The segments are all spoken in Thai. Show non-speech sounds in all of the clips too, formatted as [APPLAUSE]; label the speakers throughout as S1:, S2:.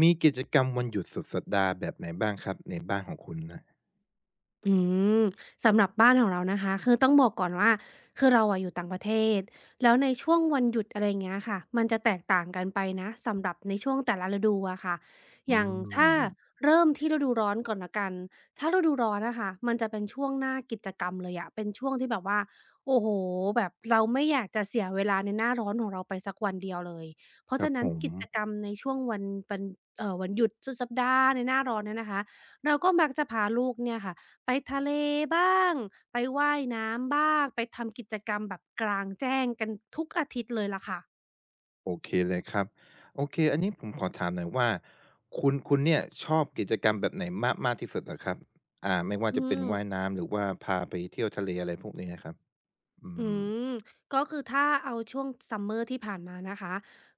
S1: มีกิจกรรมวันหยุดสุดสัปดาห์แบบไหนบ้างครับในบ้านของคุณนะ
S2: อืมสำหรับบ้านของเรานะคะคือต้องบอกก่อนว่าคือเราอะอยู่ต่างประเทศแล้วในช่วงวันหยุดอะไรอย่างเงี้ยค่ะมันจะแตกต่างกันไปนะสำหรับในช่วงแต่ละฤดูอะค่ะอ
S1: อื
S2: ย่างถ้า
S1: ม
S2: เริ่มที่ฤดูร้อนก่อนละกันถ้าฤดูร้อนอะค่ะมันจะเป็นช่วงหน้ากิจกรรมเลยอะเป็นช่วงที่แบบว่าโอ้โฮแบบเราไม่อยากจะเสียเวลาในหน้าร้อนของเราไปสักวันเดียวเลยเพ
S1: ค
S2: ราะ
S1: รั
S2: ฉะ
S1: บ
S2: นั้
S1: ผ
S2: น
S1: ม
S2: กิจกรรมในช่วงวันวันเอ่อวันหยุดสุดสัปดาห์ในหน้าร้อนเนี่ยนะคะเราก็มักจะพาลูกเนี่ยค่ะ ไปทะเลบ้าง ไปว่ายน้ำบ้าง ไปทำกิจกรรมแบบกลางแจ้งกันทุกอาทิตย์เลยล่ะค่ะ
S1: โอเคเลยครับโอเคอันนี้ผมขอถามหน่อยว่าคุณเนี่ยชอบกิจกรรมแบบไหนมากมากที่สุดเหรอครับไม่ว่า
S2: อื
S1: จะเป็น
S2: ม
S1: ว่ายน้ำหรือว่าพาไปเที่ยวทะเลอะไรพวกนี้อะครับอื
S2: อื
S1: ม
S2: ม ก็คือถ้าเอาช่วงซัมเมอร์ที่ผ่านมานะคะ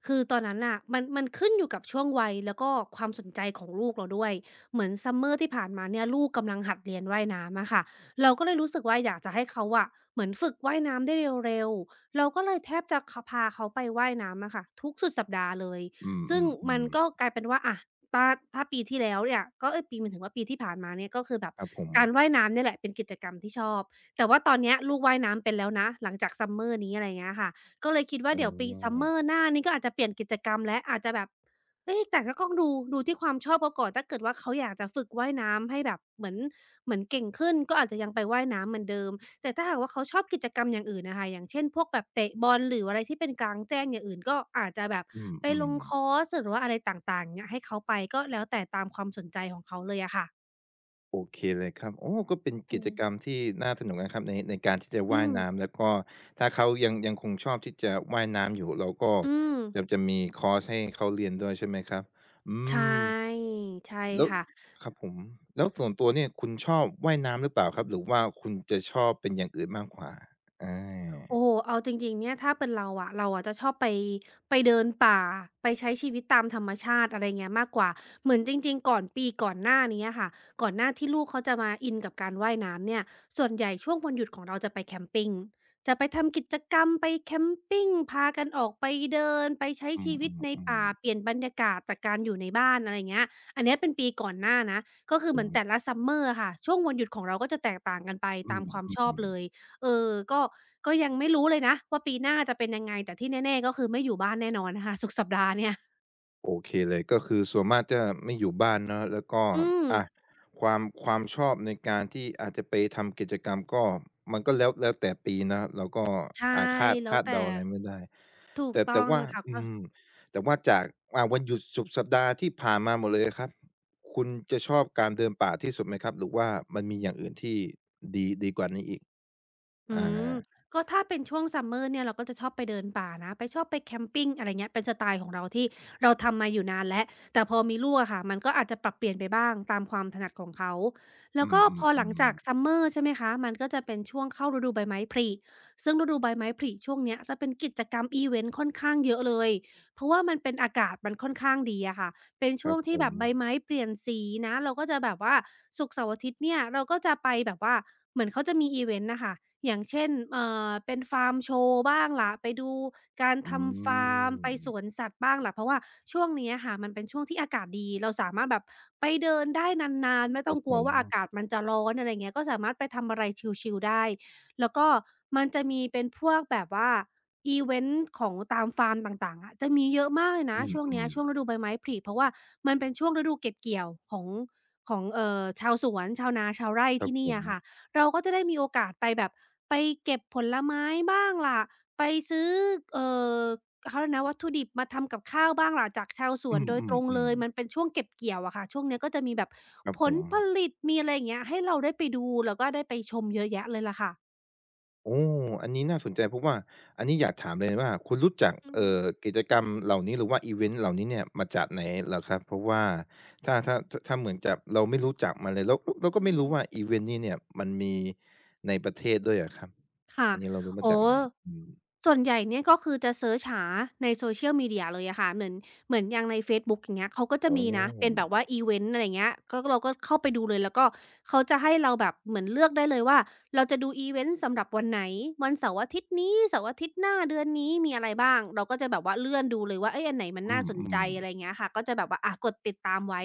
S2: คือตอนนั้นน่ะมันขึ้นอยู่กับช่วงวัยแล้วก็ความสนใจของลูกเราด้วย เหมือนซัมเมอร์ที่ผ่านมาเนี่ยลูกกำลังหัดเรียนว่ายน้ำอะค่ะเราก็เลยรู้สึกว่าอยากจะให้เขาอะเหมือนฝึกว่ายน้ำได้เร็วๆเราก็เลยแทบจะขพาเขาไปว่ายน้ำอะค่ะทุกสุดสัปดาห์เลย
S1: อื
S2: ซึ่งมัน
S1: มๆ
S2: ก็
S1: ๆ
S2: กลายเป็นว่าอะ ถ้าถ้าปีที่แล้วเนี่ยก็เอ๊ยปีหมายถึงว่าปีที่ผ่านมาเนี่ยก็คือแบบ
S1: ครับผม
S2: การว่ายน้ำเนี่ยแหละเป็นกิจกรรมที่ชอบแต่ว่าตอนเนี้ยลูกว่ายน้ำเป็นแล้วนะหลังจาก Summer นี้อะไรอย่างเงี้ยค่ะก็เลยคิดว่า
S1: อ๋อ
S2: เดี๋ยวปี Summer หน้านี้ก็อาจจะเปลี่ยนกิจกรรมแล้วอาจจะแบบเอ๊ะแต่ก็ต้องดูที่ความชอบเขาก่อนถ้าเกิดว่าเขาอยากจะฝึกว่ายน้ำให้แบบเหมือนเก่งขึ้นก็อาจจะยังไปว่ายน้ำเหมือนเดิม แต่ถ้าหากว่าเขาชอบกิจกรรมอย่างอื่นนะคะ อย่างเช่นพวกแบบเตะบอลหรืออะไรที่เป็นกลางแจ้งอย่างอื่นก็อาจจะแบบ
S1: อื
S2: ไปล
S1: ม
S2: งคอ
S1: ๆ
S2: ร์สหรือว่าอะไรต่างๆเงี้ยให้เขาไปก็แล้วแต่ตามความสนใจของเขาเลยอะค่ะ
S1: โอเคเลยครับโอ้ก็เป็น
S2: อื
S1: กิจกรรม
S2: ม
S1: ที่น่าสนุกนะครับในการที่จะ
S2: อื
S1: ว่าย
S2: ม
S1: น้ำแล้วก็ถ้าเขายังคงชอบที่จะว่ายน้ำอยู่เราก็
S2: อืม
S1: จะมีคอร์สให้เขาเรียนด้วยใช่ไหมครับอื
S2: ใช่
S1: ม
S2: ใช่
S1: แล้ว
S2: ค่ะ
S1: ครับผมแล้วส่วนตัวเนี่ยคุณชอบว่ายน้ำหรือเปล่าครับหรือว่าคุณจะชอบเป็นอย่างอื่นมากกว่าอา
S2: โอ้โฮเอาจริงๆเนี่ยถ้าเป็นเราอะจะชอบไปเดินป่าไปใช้ชีวิตตามธรรมชาติอะไรเงี้ยมากกว่าเหมือนจริงๆก่อนปีก่อนหน้านี้อะค่ะก่อนหน้าที่ลูกเขาจะมาอินกับการว่ายน้ำเนี่ยส่วนใหญ่ช่วงวันหยุดของเราจะไปแคมปิงจะไปทำกิจกรรมไปแคมปิงพากันออกไปเดินไปใช้
S1: อื
S2: ชีวิตใน
S1: ม
S2: ป่า
S1: ๆๆ
S2: เปลี่ยนบรรยากาศจากการอยู่ในบ้านอะไรเงี้ยอันเนี้ยเป็นปีก่อนหน้านะก็คือ
S1: ผ
S2: เหมื
S1: ม
S2: อนแต่ละซัมเมอร์อะค่ะช่วงวันหยุดของเราก็จะแตกต่างกันไป
S1: อื
S2: ตามความชอบ
S1: ม
S2: เลย
S1: ๆ
S2: เออก็ยังไม่รู้เลยนะว่าปีหน้าจะเป็นยังไงแต่ที่แน่ๆก็คือไม่อยู่บ้านแน่นอนนะคะศุกร์สัปดาห์เนี่ย
S1: โอเคเลยก็คือส่วนมากจะไม่อยู่บ้านเนาะแล้วก็
S2: อืม
S1: อะความชอบในการที่อาจจะไปทำกิจกรรมก็มันก็แล้วแต่ปีนะเราก็
S2: ใช่
S1: อาคาด
S2: แล้ว
S1: คาด
S2: แต่
S1: เดาอะไรไม่ได้
S2: ถูก
S1: แต่
S2: ต้
S1: แต่
S2: อง
S1: ว่า
S2: ค่ะ
S1: อื
S2: ก็
S1: มแต่ว่าจากวันหยุดสุดสัปดาห์ที่ผ่านมาหมดเลยอะครับคุณจะชอบการเดินป่าที่สุดไหมครับหรือว่ามันมีอย่างอื่นที่ดีกว่านี้อีก
S2: อื
S1: อ
S2: ม
S1: า
S2: ก็ถ้าเป็นช่วงซัมเมอร์เนี่ยเราก็จะชอบไปเดินป่านะไปชอบไปแคมปิงอะไรเงี้ยเป็นสไตล์ของเราที่เราทำมาอยู่นานแล้วแต่พอมีลูกอะค่ะมันก็อาจจะปรับเปลี่ยนไปบ้างตามความถนัดของเขาแล้
S1: อื
S2: วก็พอหลังจา
S1: ม
S2: กซั
S1: ๆ
S2: มเมอร์ใช่ไหมคะมันก็จะเป็นช่วงเข้าฤดูใบไม้ผลิซึ่งฤดูใบไม้ผลิช่วงเนี้ยจะเป็นกิจกรรมอิเวนต์ค่อนข้างเยอะเลยเพราะว่ามันเป็นอากาศมันค่อนข้างดีอะค่ะเป็น
S1: ๆค
S2: ช่ว
S1: รั
S2: ง
S1: บผ
S2: ที่แบ
S1: ม
S2: บใบไม้เปลี่ยนสีนะเราก็จะแบบว่าศุกร์เสาร์อาทิตย์เนี่ยเราก็จะไปแบบว่า เหมือนเขาจะมีอีเวนต์น่ะค่ะอย่างเช่นเป็นฟาร์มโชว์บ้างล่ะ ไปดูการ
S1: อื
S2: ทำฟาร์มไปส
S1: ม
S2: วนสัตว์บ้างล่ะเพราะว่าช่วงนี้อะค่ะมันเป็นช่วงที่อากาศดีเราสามารถแบบไปเดินได้นานๆไม่
S1: ค
S2: ต้
S1: รั
S2: อ
S1: บ
S2: งก
S1: ผ
S2: ลัว
S1: ม
S2: ว่าอากาศมันจะร้อนอะไรอย่างเงี้ยก็สามารถไปทำอะไรชิลๆได้แล้วก็มันจะมีเป็นพวกแบบว่าอีเวนต์ของตามฟาร์มต่างๆอะจะมีเยอะมากเลยนะ
S1: อื
S2: ช่วงเนี้ย
S1: ม
S2: ช่ว
S1: ๆ
S2: งฤดูใบไม้ผลิเพราะว่ามันเป็นช่วงฤดูเก็บเกี่ยวของชาวสวนชาวนาชาวไร่
S1: ครับ
S2: ที่
S1: ผ
S2: นี่
S1: ม
S2: อะค่ะ เราก็จะได้มีโอกาสไปแบบไปเก็บผลไม้บ้างล่ะไปซื้อเอ่อเขาเรียกนะวัตถุดิบมาทำกับข้าวบ้างล่ะจากชาวสว
S1: อื
S2: น
S1: ม
S2: โดย
S1: อื
S2: ตร
S1: ม
S2: ง
S1: อื
S2: เล
S1: ม
S2: ยมันเป็นช่วงเก็บเกี่ยวอะค่ะช่วงเนี้ยก็จะมีแบบ
S1: ครับ
S2: ผ
S1: ผ
S2: ล
S1: ม
S2: ผลิตมีอะไรอย่างเงี้ยให้เราได้ไปดูแล้วก็ได้ไปชมเยอะแยะเลยล่ะค่ะ
S1: โอ้อันนี้น่าสนใจเพราะว่าอันนี้อยากถามเลยว่าคุณรู้จัก
S2: อือฮึ
S1: กิจกรรมเหล่านี้หรือว่าอิเวนต์เหล่านี้เนี่ยมาจากไหนเหรอครับเพราะว่าถ้าเหมือนกับเราไม่รู้จักมันเลยแล้วเราก็
S2: อื
S1: ไม่รู้ว่า
S2: ม
S1: อิเวนต์นี้เนี่ยมันมีในประเทศด้วยอะครับ
S2: ค่ะ
S1: อันนี้เรารู้
S2: อ๋
S1: มา
S2: อ
S1: จากไหนอืม
S2: ส่วนใหญ่เนี่ยก็คือจะเซิร์ชหาใน Social Media เลยอะค่ะเหมือนอย่างในเฟซบุ๊กอย่างเงี้ยเขาก็จะ
S1: อ๋อ
S2: มีนะเป็นแบบว่าอิเวนต์อะไรเงี้ยก็เราก็เข้าไปดูเลยแล้วก็เขาจะให้เราแบบเหมือนเลือกได้เลยว่าเราจะดูอิเวนต์สำหรับวันไหนวันเสาร์อาทิตย์นี้ เสาร์อาทิตย์หน้าเดือนนี้มีอะไรบ้าง เราก็จะแบบว่าเลื่อนดูเลยว่าเฮ้ยอันไหนมัน
S1: อื
S2: น่าสนใจ
S1: ม
S2: อะไรเงี้ยค่ะก็จะแบบว่าอะกดติดตามไว้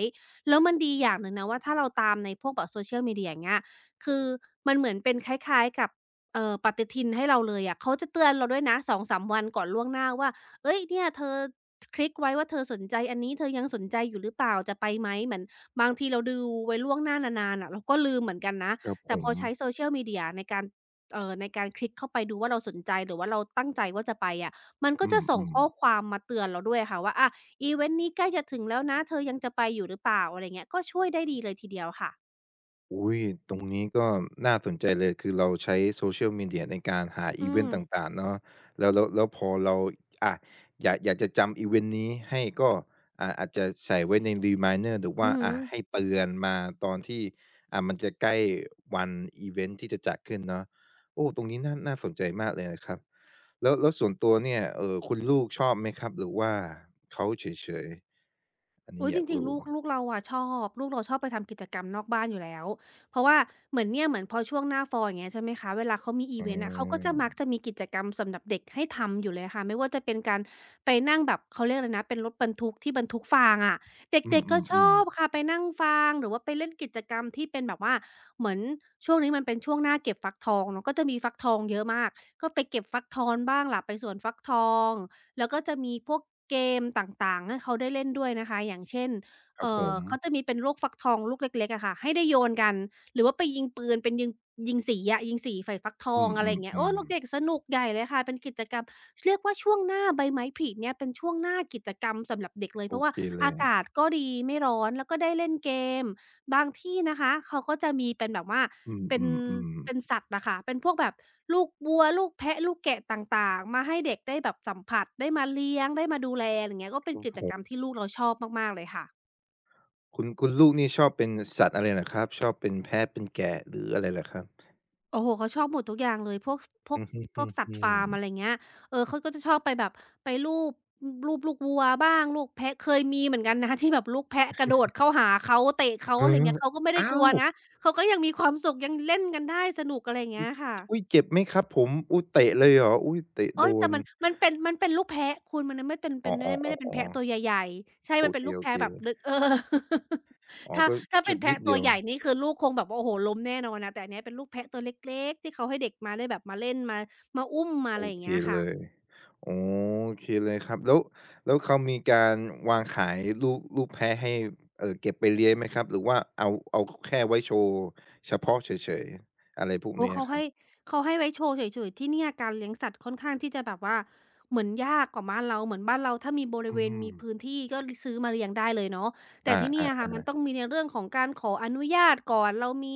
S2: แล้วมันดีอย่างหนึ่งนะว่าถ้าเราตามในพวกแบบ Social Media อย่างเงี้ยคือมันเหมือนเป็นคล้ายๆกับ ปฏิทินให้เราเลยอะเขาจะเตือนเราด้วยนะ2-3วันก่อนล่วงหน้าว่าเฮ้ยเนี่ยเธอคลิกไว้ว่าเธอสนใจอันนี้เธอยังสนใจอยู่หรือเปล่าจะไปไหมเหมือนบางทีเราดูไว้ล่วงหน้านานๆน่ะเราก็ลืมเหมือนกันนะ
S1: ๆครับผ
S2: แต่พ
S1: ม
S2: อใช้ Social Media ในการในการคลิกเข้าไปดูว่าเราสนใจหรือว่าเราตั้งใจว่าจะไปอะมันก็
S1: อื
S2: จะส่ง
S1: ม
S2: ข้อค
S1: ๆ
S2: วามมาเตือนเราด้วยค่ะว่าอะอิเวนต์นี้ใกล้จะถึงแล้วนะเธอยังจะไปอยู่หรือเปล่าอะไรเงี้ยก็ช่วยได้ดีเลยทีเดียวค่ะ
S1: อุ๊ยตรงนี้ก็น่าสนใจเลยคือเราใช้ Social Media ในการหาอิ
S2: อื
S1: เวน
S2: ม
S1: ต์ต่างๆเนาะแล้วพอเราอะอยากจะจำอิเวนต์นี้ให้ก็อาจจะใส่ไว้ใน reminder หรือ
S2: อื
S1: ว่า
S2: อ
S1: อะให้
S2: ฮึ
S1: เตือนมาตอนที่มันจะใกล้วันอิเวนต์ที่จะจัดขึ้นเนาะโอ้ตรงนี้น่าสนใจมากเลยนะครับแล้วตัวเนี่ยคุณลูกชอบไหมครับหรือว่าเขาเฉยๆอันนี้
S2: อุ๊ย
S1: อ
S2: จ
S1: ยาก
S2: ริงๆ
S1: รู้
S2: ลูกเราอะชอบลูกเราชอบไปทำกิจกรรมนอกบ้านอยู่แล้วเพราะว่าเหมือนเนี่ยเหมือนพอช่วงหน้า Fall อย่างเงี้ยใช่ไหมคะเวลาเขามีอิ
S1: อ
S2: เวนต์อะเขาก็จะ
S1: ื
S2: มักจะมีกิจกรรมสำหรับเด็กให้ทำอยู่เลยค่ะไม่ว่าจะเป็นการไปนั่งแบบเขาเรียกอะไรนะเป็นรถบรรทุกที่บรรทุกฟางอะเด
S1: ม
S2: ็กๆ
S1: อื
S2: ก็ชอ
S1: ม
S2: บ
S1: ๆๆ
S2: ค่ะไปนั่งฟางหรือว่าไปเล่นกิจกรรมที่เป็นแบบว่าเหมือนช่วงนี้มันเป็นช่วงหน้าเก็บฟักทองเนาะก็จะมีฟักทองเยอะมากก็ไปเก็บฟักทองบ้างล่ะไปสวนฟักทอง แล้วก็จะมีพวกเกมต่างๆให้เขาได้เล่นด้วยนะคะอย่างเช่น
S1: ครับผม
S2: เขาจะมีเป็นลูกฟักทองลูกเล็กๆอะค่ะให้ได้โยนกันหรือว่าไปยิงปืนเป็นยิงยิงสีอะยิงสีใส่ฟักทอ
S1: อื
S2: ง
S1: ม
S2: อะไร
S1: อื
S2: อ
S1: ม
S2: ย่างเงี้ย
S1: อื
S2: โอ้
S1: ม
S2: เด็กๆสนุกใหญ่เลยค่ะเป็นกิจกรรมเรียกว่าช่วงหน้าใบไม้ผลิเนี่ยเป็นช่วงหน้ากิจกรรมสำหรับเด็กเลย
S1: โอ
S2: เพราะว่า
S1: เคเล
S2: อา
S1: ย
S2: กาศก็ดีไม่ร้อนแล้วก็ได้เล่นเกม บางที่นะคะเขาก็จะมีเป็นแบบว่า
S1: อืม
S2: เป็
S1: อื
S2: น
S1: มอืม
S2: เป็นสัตว์น่ะค่ะเป็นพวกแบบลูกวัวลูกแพะลูกแกะต่างๆมาให้เด็กได้แบบสัมผัสได้มาเลี้ยงได้มาดูแลอะไรอย่างเงี้ยก็เป็น
S1: โอ้
S2: กิจ
S1: โฮ
S2: กรรมที่ลูกเราชอบมากๆเลยค่ะ
S1: คุณลูกนี่ชอบเป็นสัตว์อะไรเหรอครับชอบเป็นแพะเป็นแกะหรืออะไรเหรอครับ
S2: โอ้โฮเขาชอบหมดทุกอย่างเลยพวกสพวก
S1: อือ
S2: พ
S1: ฮึ
S2: วกสัตว์ฟาร์ม
S1: ๆ
S2: อะไร
S1: ๆ
S2: เงี้ยเออเขาก็จะชอบไปแบบไปลูบอือลูบลูกวัวบ้างลูกแพะเคยมีเหมือนกันนะ [LAUGHS] ที่แบบลูกแพะกระโดดเข้าหาเขาเตะเขา
S1: เอ
S2: อะไร
S1: อ
S2: เงี้ยเขาก็ไม่ได้ก
S1: อ้า
S2: ลัว
S1: ว
S2: นะเขาก็ยังมีความสุขยังเล่นกันได้สนุกอะไรอย่างเงี้ย
S1: อุ๊ย
S2: ค่ะ
S1: เจ็บไหมครับผมอุ๊ยเตะเลยเหรออุ๊ยเตะ
S2: โอ๊
S1: โด
S2: ยแต่
S1: น
S2: มันเป็นลูกแพะคุณมันน่ะไม่เป็นเป็
S1: อ๋
S2: นไม่ได้เป็น
S1: อ
S2: แพะ
S1: ๆ
S2: ตั
S1: ๆ
S2: ว
S1: ๆ
S2: ใหญ่ๆใช่
S1: โอ
S2: มันเป็นลูก
S1: เค
S2: แพะแบบนึก
S1: ๆ
S2: เออ [LAUGHS]
S1: อ๋อ
S2: ถ้า
S1: ก็
S2: ถ้า
S1: ช
S2: เป็น
S1: นิ
S2: แพะ
S1: ด
S2: ตั
S1: เดี
S2: ว
S1: ยว
S2: ใหญ่นี่คือลูกคงแบบว่าโอ้โฮล้มแน่นอนนะแต่อันเนี้ยเป็นลูกแพะตัวเล็กๆที่เขาให้เด็กมาได้แบบมาเล่นมามาอุ้มมา
S1: โอ
S2: อะไรอย่าง
S1: เค
S2: เงี้ยค่ะ
S1: เลยอ๋อโอเคเลยครับแล้วแล้วเขามีการวางขายลูกแพะให้เก็บไปเลี้ยงไหมครับหรือว่าเอาแค่ไว้โชว์เฉพาะเฉยๆอะไรพวก
S2: โอ้
S1: นี้
S2: เขา
S1: อะครั
S2: ให้
S1: บ
S2: เขาให้ไว้โชว์เฉยๆที่เนี่ยการเลี้ยงสัตว์ค่อนข้างที่จะแบบว่าเหมือนยากกว่าบ้านเราเหมือนบ้านเราถ้ามีบริ
S1: อื
S2: เวณมี
S1: ม
S2: พื้นที่ก็ลซื้อมาเลี้ยงได้เลยเนาะ
S1: อ
S2: แต่ที่เนี่ยค่ะ
S1: า
S2: มันต้องมีในเรื่องของการขออนุญาตก่อนเรามี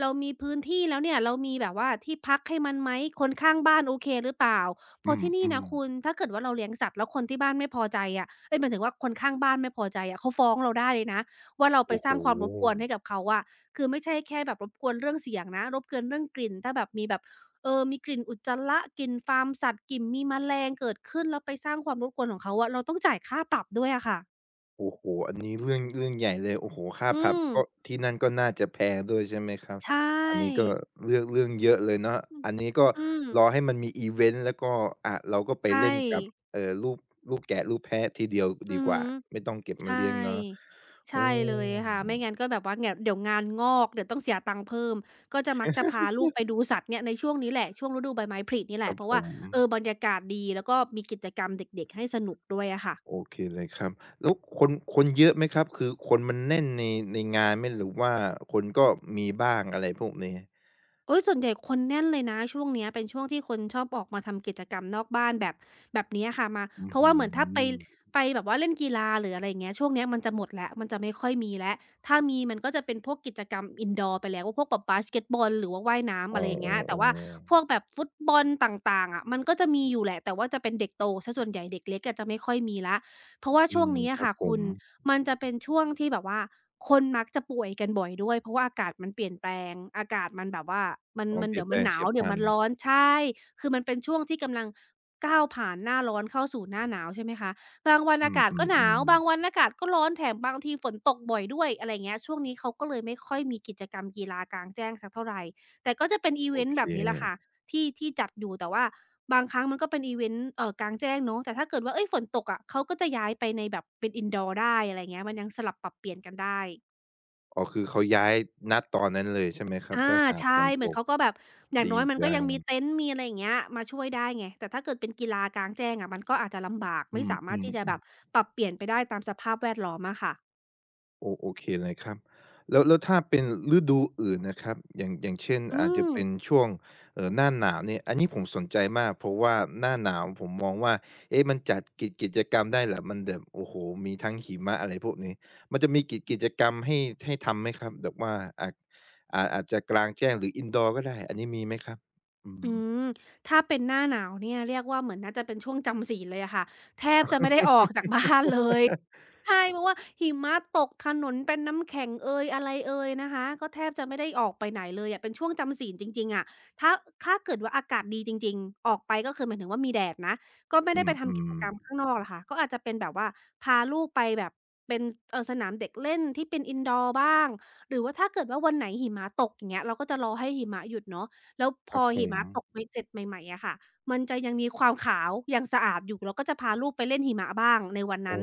S2: เรามีพื้นที่แล้วเนี่ยเรามีแบบว่าที่พักให้มันไหมคนข้างบ้านโอเคหรือเปล่า
S1: ๆ
S2: เพ
S1: อื
S2: ราะที่นี่นะ
S1: ม
S2: คุณ
S1: ๆ
S2: ถ้าเกิดว่าเราเลี้ยงสัตว์แล้วคนที่บ้านไม่พอใจอะเอ๊ยหมายถึงว่าคนข้างบ้านไม่พอใจอะเขาฟ้องเราได้เลยนะว่าเราไป
S1: โอ้
S2: ส
S1: โฮ
S2: ร้างความรบกวนให้กับเขาอะ คือไม่ใช่แค่แบบรบกวนเรื่องเสียงนะรบกวนเรื่องกลิ่นถ้าแบบมีแบบมีกลิ่นอุจจาระกลิ่นฟาร์มสัตว์กลิ่นมีแมลงเกิดขึ้นแล้วไปสร้างความรบกวนของเขาอะเราต้องจ่ายค่าปรับด้วยอะค่ะ
S1: โอ้โฮอันนี้เรื่องใหญ่เลยโอ้โฮค่า
S2: อื
S1: ผับ
S2: ม
S1: ก็ที่นั่นก็น่าจะแพงด้วยใช่ไหมครับ
S2: ใช
S1: อันนี้
S2: ่
S1: ก็เรื่องเรื่องเยอะเลยเนาะ
S2: อืม
S1: อันนี้ก็
S2: อืม
S1: รอให้มันมีอิเวนต์แล้วก็อะเราก็ไปเล่
S2: ใช่
S1: นกับเอ่อลูกลูกแกะลูกแพะทีเดียว
S2: อื
S1: ดี
S2: อ
S1: ก
S2: ฮึ
S1: ว่าไม่ต้องเก็บมา
S2: ใช่
S1: เลี้ยงเนาะอื
S2: ใช่เลยค่ะไม่งั้น
S1: ม
S2: ก็แบบว่าแง่เดี๋ยวงานงอกเดี๋ยวต้องเสียตังค์เพิ่มก็จะมักจะพาลูกไปดูสัตว์เนี่ยในช่วงนี้แหละช่วงฤดูใบไม้ผลินี่แห
S1: ค
S2: ละ
S1: รับ
S2: เพราะ
S1: ผ
S2: ว่า
S1: ม
S2: บรรยากาศดีแล้วก็มีกิจกรรมเด็กๆให้สนุกด้วยอะค่ะ
S1: โอเคเลยครับแล้วคนเยอะไหมครับคือคนมันแน่นในในงานไหมหรือว่าคนก็มีบ้างอะไรพวกนี้
S2: โอ้ยส่วนใหญ่คนแน่นเลยนะช่วงเนี้ยเป็นช่วงที่คนชอบออกมาทำกิจกรรมนอกบ้านแบบเนี้ยค่ะมา
S1: อื้
S2: เพ
S1: อ
S2: ราะ
S1: ฮื
S2: ว่าเหมือนถ้าไป
S1: อ
S2: ไปแบบว่าเล่นกีฬาหรืออะไรเงี้ยช่วงเนี้ยมันจะหมดแล้วมันจะไม่ค่อยมีแล้วถ้ามีมันก็จะเป็นพวกกิจกรรมอินดอร์ไปแล้วพวกแบบบาสเกตบอลหรือว่าว่ายน้ำ
S1: อ๋
S2: อะ
S1: อ
S2: ไรอย่างเงี้ยแต่ว่า
S1: ๆ
S2: พวก
S1: ๆ
S2: แบบฟุตบอลต่างๆอะมันก็จะมีอยู่แหละแต่ว่าจะเป็นเด็กโตซะส่วนใหญ่เด็กเล็กอาจจะไม่ค่อยมีละ เพราะว่า
S1: อื
S2: ช่วง
S1: ม
S2: นี้
S1: ค
S2: อะ
S1: รับ
S2: ค่ะ
S1: ผ
S2: คุ
S1: ม
S2: ณมันจะเป็นช่วงที่แบบว่าคนมักจะป่วยกันบ่อยด้วยเพราะว่าอากาศมันเปลี่ยนแปลงอากาศมันแบบว่ามัน
S1: อ๋อ
S2: มัน
S1: เปลี่
S2: เดี๋
S1: ย
S2: ย
S1: น
S2: ว
S1: แป
S2: มั
S1: ล
S2: น
S1: ง
S2: หนา
S1: เฉี
S2: ว
S1: ยบพ
S2: เดี๋ยว
S1: ลั
S2: มั
S1: น
S2: นร้อนใช่คือมันเป็นช่วงที่กำลังก้าวผ่านหน้าร้อนเข้าสู่หน้าหนาวใช่ไหมคะบางวัน
S1: อื
S2: อากาศก็หนาวบางวั
S1: ม
S2: นอากาศก็ร้อนแถมบางทีฝนตกบ่อยด้วยอะไรอย่างเงี้ยช่วงนี้เขาก็เลยไม่ค่อยมีกิจกรรมกีฬากลางแจ้งสักเท่าไรแต่ก็จะเป็น
S1: ๆ
S2: อิ
S1: ๆ
S2: เว
S1: โอ
S2: นต์
S1: เค
S2: แบบนี้แหละค่ะที่ที่จัดอยู่แต่ว่า บางครั้งมันก็เป็นอีเวนต์กลางแจ้งเนาะแต่ถ้าเกิดว่าเฮ้ยฝนตกอะเขาก็จะย้ายไปในแบบเป็น Indoor ได้อะไรเงี้ยมันยังสลับปรับเปลี่ยนกันได้
S1: อ๋อคือเขาย้ายณตอนนั้นเลยใช่ไหมครับ
S2: อา
S1: ถ้าหากฝ
S2: ใช่
S1: น
S2: เห
S1: ต
S2: มือน
S1: ก
S2: เขาก็แบบอย่าง
S1: ดี
S2: น้อยมันก็
S1: จั
S2: ยั
S1: ง
S2: งมีเต็นท์มีอะไรอย่างเงี้ยมาช่วยได้ไงแต่ถ้าเกิดเป็นกีฬากลางแจ้งอะมันก็อาจจะลำบาก
S1: อื
S2: ไม่สามารถ
S1: ม
S2: ที่จะแบบ
S1: ๆ
S2: ปรับเปลี่ยนไปได้ตามสภาพแวดล้อมอะค่ะ
S1: โอโอเคเลยครับแล้วแล้วถ้าเป็นฤดูอื่นนะครับอย่างเช่น
S2: อื
S1: อาจจะ
S2: ม
S1: เป็นช่วงหน้าหนาวเนี่ยอันนี้ผมสนใจมากเพราะว่าหน้าหนาวผมมองว่าเอ๊ะมันจัดกิจกรรมได้แหละมันแบบโอ้โฮมีทั้งหิมะอะไรพวกนี้มันจะมีกิจกรรมให้ให้ทำไหมครับแบบว่าอาจอาจจะกลางแจ้งหรือ Indoor ก็ได้อันนี้มีไหมครับอื
S2: อื
S1: ม
S2: มถ้าเป็นหน้าหนาวเนี่ยเรียกว่าเหมือนน่าจะเป็นช่วงจำศีลเลยอะค่ะแทบจะไม่ได้ออก
S1: [LAUGHS]
S2: จากบ้านเลย ใช่เพราะว่าหิมะตกถนนเป็นน้ำแข็งเอยอะไรเอยนะคะก็แทบจะไม่ได้ออกไปไหนเลยอะเป็นช่วงจำศีลจริงๆอะถ้าถ้าเกิดว่าอากาศดีจริงๆออกไปก็คือหมายถึงว่ามีแดดนะก็ไม่
S1: อื
S2: ได้ไปทำกิจ
S1: ม
S2: กรรมข้าง
S1: ๆ
S2: นอกหรอกค่ะก็อาจจะเป็นแบบว่าพาลูกไปแบบเป็นสนามเด็กเล่นที่เป็น Indoor บ้างหรือว่าถ้าเกิดว่าวันไหนหิมะตกอย่างเงี้ยเราก็จะรอให้หิมะหยุดเนาะแล้วพ
S1: ครั
S2: อ
S1: บผ
S2: หิ
S1: ม
S2: มะตกไปเสร็จใหม่ๆอะค่ะมันจะยังมีความขาวยังสะอาดอยู่เราก็จะพาลูกไปเล่นหิมะบ้างในวัน
S1: อ๋
S2: นั้น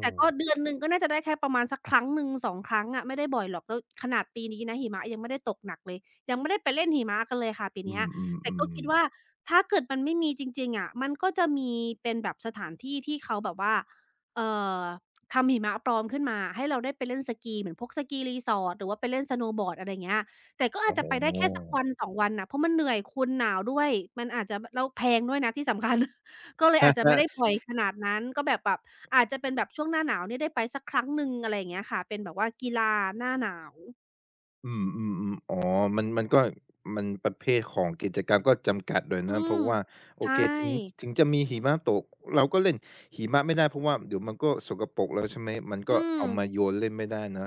S2: แต่ก็เดือนหนึ่งก็น่าจะได้แค่ประมาณสักครั้งหนึ่งสองครั้งอะไม่ได้บ่อยหรอกแล้วขนาดปีนี้นะหิมะยังไม่ได้ตกหนักเลยยังไม่ได้ไปเล่นหิมะกันเลยค่ะปี
S1: อื
S2: เนี้ยแต่ก็
S1: ม
S2: คิด
S1: ๆ
S2: ว่า
S1: ๆ
S2: ถ้าเกิดมันไม่มีจริงๆอะมันก็จะมีเป็นแบบสถานที่ที่เขาแบบว่าเอ่อทำหิมะปลอมขึ้นมาให้เราได้ไปเล่นสกีเหมือนพวกสกี resort หรือว่าไปเล่นสโนว์บอร์ดอะไรอย่างเงี้ยแต่ก็อาจ
S1: อ๋อ
S2: จะไปได้แค่สักวันสองวันน่ะเพราะมันเหนื่อยคุณหนาวด้วยมันอาจจะแล้วแพงด้วยนะที่สำคัญ [LAUGHS] ก็เลยอาจจะไม่ได้บ่อยขนาดนั้นก็แบบ อาจจะเป็นแบบช่วงหน้าหนาวเนี่ยได้ไปสักครั้งหนึ่งอะไรอย่างเงี้ยค่ะเป็นแบบว่ากีฬาหน้าหนาว
S1: อืมๆๆอ๋อมันก็มันประเภทของกิจกรรมก็จำกัดหน่อย
S2: อื
S1: นะเพ
S2: ม
S1: ราะว่าโอ
S2: ใช่
S1: เคถึงจะมีหิมะตกเราก็เล่นหิมะไม่ได้เพราะว่าเดี๋ยวมันก็สกปรกแล้วใช่ไหมมัน
S2: อื
S1: ก็
S2: ม
S1: เอามาโยนเล่นไม่ได้นะ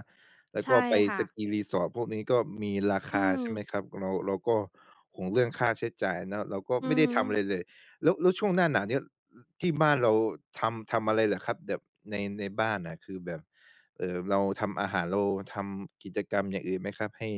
S1: แล้วก็
S2: ใช่
S1: ไป
S2: ค่ะ
S1: สกี resort พวกนี้ก็มีรา
S2: อื
S1: คา
S2: ม
S1: ใช่ไหมครับเราก็ห่วงเรื่องค่าใช้จ่ายเนาะเราก็
S2: อื
S1: ไม่
S2: อ
S1: ได้
S2: ฮึ
S1: ทำอะไรเลยแล้วแล้วช่วงหน้าหนาวเนี่ยที่บ้านเราทำอะไรเหรอครับแบบในในบ้านน่ะคือแบบ เราทำอาหารเราทำกิจกรรมอย่างอื่นไหมครับให้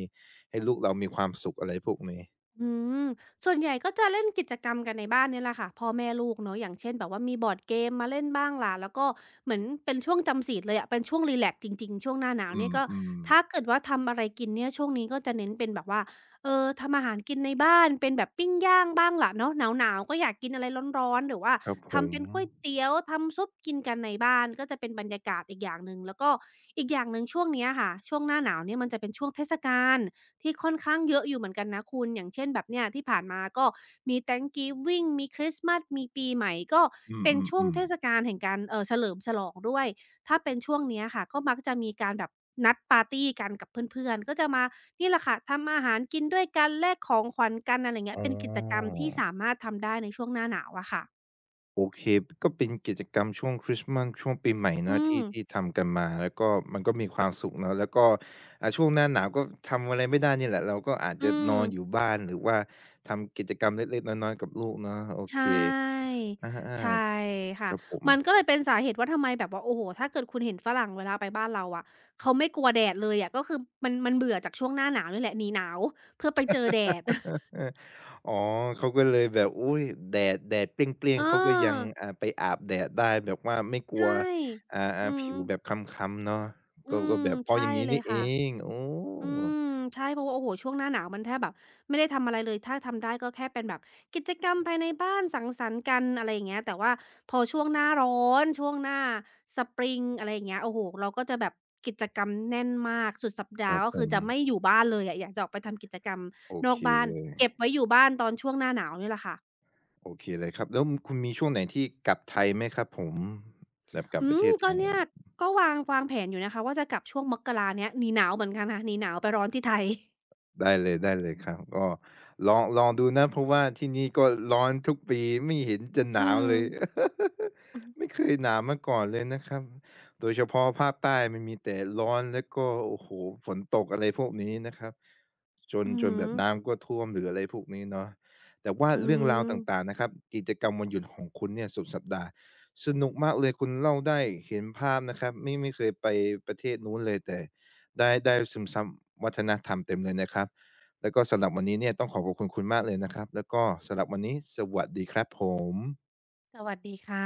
S1: ให้ลูกเรามีความสุขอะไรพวกนี้
S2: อืมส่วนใหญ่ก็จะเล่นกิจกรรมกันในบ้านเนี่ยแหละค่ะพ่อแม่ลูกเนาะอย่างเช่นแบบว่ามีบอร์ดเกมมาเล่นบ้างล่ะแล้วก็เหมือนเป็นช่วงจำศีลเลยอะเป็นช่วงรีแลกซ์จริงๆช่วงหน้าหนาว
S1: อื
S2: เนี่ยก็
S1: ม
S2: ถ้า
S1: ๆ
S2: เกิดว่าทำอะไรกินเนี่ยช่วงนี้ก็จะเน้นเป็นแบบว่าเออทำอาหารกินในบ้านเป็นแบบปิ้งย่างบ้างล่ะเนาะหนาวๆก็อยากกินอะไรร้อนๆหรือว่า
S1: ครับผ
S2: ทำ
S1: ม
S2: เป็นก๋วยเตี๋ยวทำซุปกินกันในบ้านก็จะเป็นบรรยากาศอีกอย่างหนึ่งแล้วก็อีกอย่างหนึ่งช่วงเนี้ยค่ะช่วงหน้าหนาวเนี่ยมันจะเป็นช่วงเทศกาล ที่ค่อนข้างเยอะอยู่เหมือนกันนะคุณ อย่างเช่นแบบเนี้ยที่ผ่านมาก็มี Thanksgiving มีคริสต์มาสมีปีใหม่ก็
S1: อื
S2: เป็นช่วง
S1: ม
S2: เท
S1: ๆ
S2: ศ
S1: ๆ
S2: กาลแห่งการเฉลิมฉลองด้วย ถ้าเป็นช่วงเนี้ยค่ะก็มักจะมีการแบบนัดปาร์ตีกันกับเพื่อนๆ ก็จะมานี่แหละค่ะทำอาหารกินด้วยกันแลกของขวัญกันอะไรเงี้
S1: อ๋
S2: ยเป็นกิจกรรม
S1: อ
S2: ที่สามารถทำได้ในช่วงหน้าหนาวอะค่ะ
S1: โอเคก็เป็นกิจกรรมช่วงคริสต์มาสช่วงปีใหม่
S2: อื
S1: เนาะ
S2: ม
S1: ที่ที่ทำกันมาแล้วก็มันก็มีความสุขเนาะแล้วก็ช่วงหน้าหนาวก็ทำอะไรไม่ได้นี่แหละเราก็อาจ
S2: อื
S1: จะน
S2: ม
S1: อนอยู่บ้านหรือว่าทำกิจกรรมเล็กๆน้อยๆกับลูกเนาะโอ
S2: ใช
S1: เค
S2: ่
S1: อ
S2: ใช่
S1: าๆ
S2: ค่ะ
S1: ครับผม
S2: มันก็เลยเป็นสาเหตุว่าทำไมแบบว่าโอ้โฮถ้าเกิดคุณเห็นฝรั่งเวลาไปบ้านเราอะเขาไม่กลัวแดดเลยอะก็คือมันเบื่อจากช่วงหน้าหนาวนี่แหละหนีหนาวเพื่อไปเจอแดด [LAUGHS]
S1: เอออ๋อ เขาก็เลยแบบอุ๊ยแดดแดดเปรี้ย
S2: เอ
S1: งๆ เขาก็ยั
S2: อ
S1: งไปอาบแดดได้แบบว่าไม่กลั
S2: ใช่
S1: ว
S2: อืม
S1: ผิวแบบคล้ำๆเนาะก็
S2: อื
S1: ก็
S2: ม
S1: แบบเพราะ
S2: ใช่
S1: อย่างงี้
S2: เลย
S1: นี่เอ
S2: ค่ะ
S1: งโอ้
S2: อืมใช่เพราะว่าโอ้โฮช่วงหน้าหนาวมันแทบแบบไม่ได้ทำอะไรเลยถ้าทำได้ก็แค่เป็นแบบกิจกรรมภายในบ้านสังสรรค์กันอะไรอย่างเงี้ยแต่ว่าพอช่วงหน้าร้อนช่วงหน้าสปริงอะไรอย่างเงี้ยโอ้โฮเราก็จะแบบกิจกรรมแน่นมากสุดสัป
S1: ค
S2: ดาห์
S1: รับ
S2: ก็
S1: ผ
S2: คือ
S1: ม
S2: จะไม่อยู่บ้านเลยอะอยากจะออกไปทำกิจกรรม
S1: โอ
S2: นอ
S1: เค
S2: กบ้าน
S1: เลย
S2: เก็บไว้อยู่บ้านตอนช่วงหน้าหนาวเนี่ยแหละค่ะ
S1: โอเคเลยครับแล้วคุณมีช่วงไหนที่กลับไทยไหมครับผมแบบกลับ
S2: อื
S1: ประเท
S2: ม
S1: ศไท
S2: ก็
S1: ย
S2: เนี่ยก็วางแผนอยู่นะคะว่าจะกลับช่วงมกราเนี้ยหนีหนาวเหมือนกันค่ะหนีหนาวไปร้อนที่ไทย
S1: ได้เลยครับก็ลองดูนะเพราะว่าที่นี่ก็ร้อนทุกปีไม่เห็นจะห
S2: อื
S1: นาว
S2: ม
S1: เลย [LAUGHS]
S2: อือ
S1: ไม่เคยหนาวมาก่อนเลยนะครับโดยเฉพาะภาคใต้มันมีแต่ร้อนแล้วก็โอ้โหฝนตกอะไรพวกนี้นะครับจน
S2: อือ
S1: จน
S2: ฮึ
S1: แบบน้ำก็ท่วมหรืออะไรพวกนี้เนาะแต่ว่า
S2: อื
S1: เรื่องราวต่า
S2: ม
S1: งๆนะครับกิจกรรมวันหยุดของคุณเนี่ยสุดสัปดาห์สนุกมากเลยคุณเล่าได้เห็นภาพนะครับไม่เคยไปประเทศนู้นเลยแต่ ได้ซึมซับวัฒนธรรมเต็มเลยนะครับ แล้วก็สำหรับวันนี้เนี่ยต้องขอบคุณคุณมากเลยนะครับ แล้วก็สำหรับวันนี้สวัสดีครับผม
S2: สวัสดีค่ะ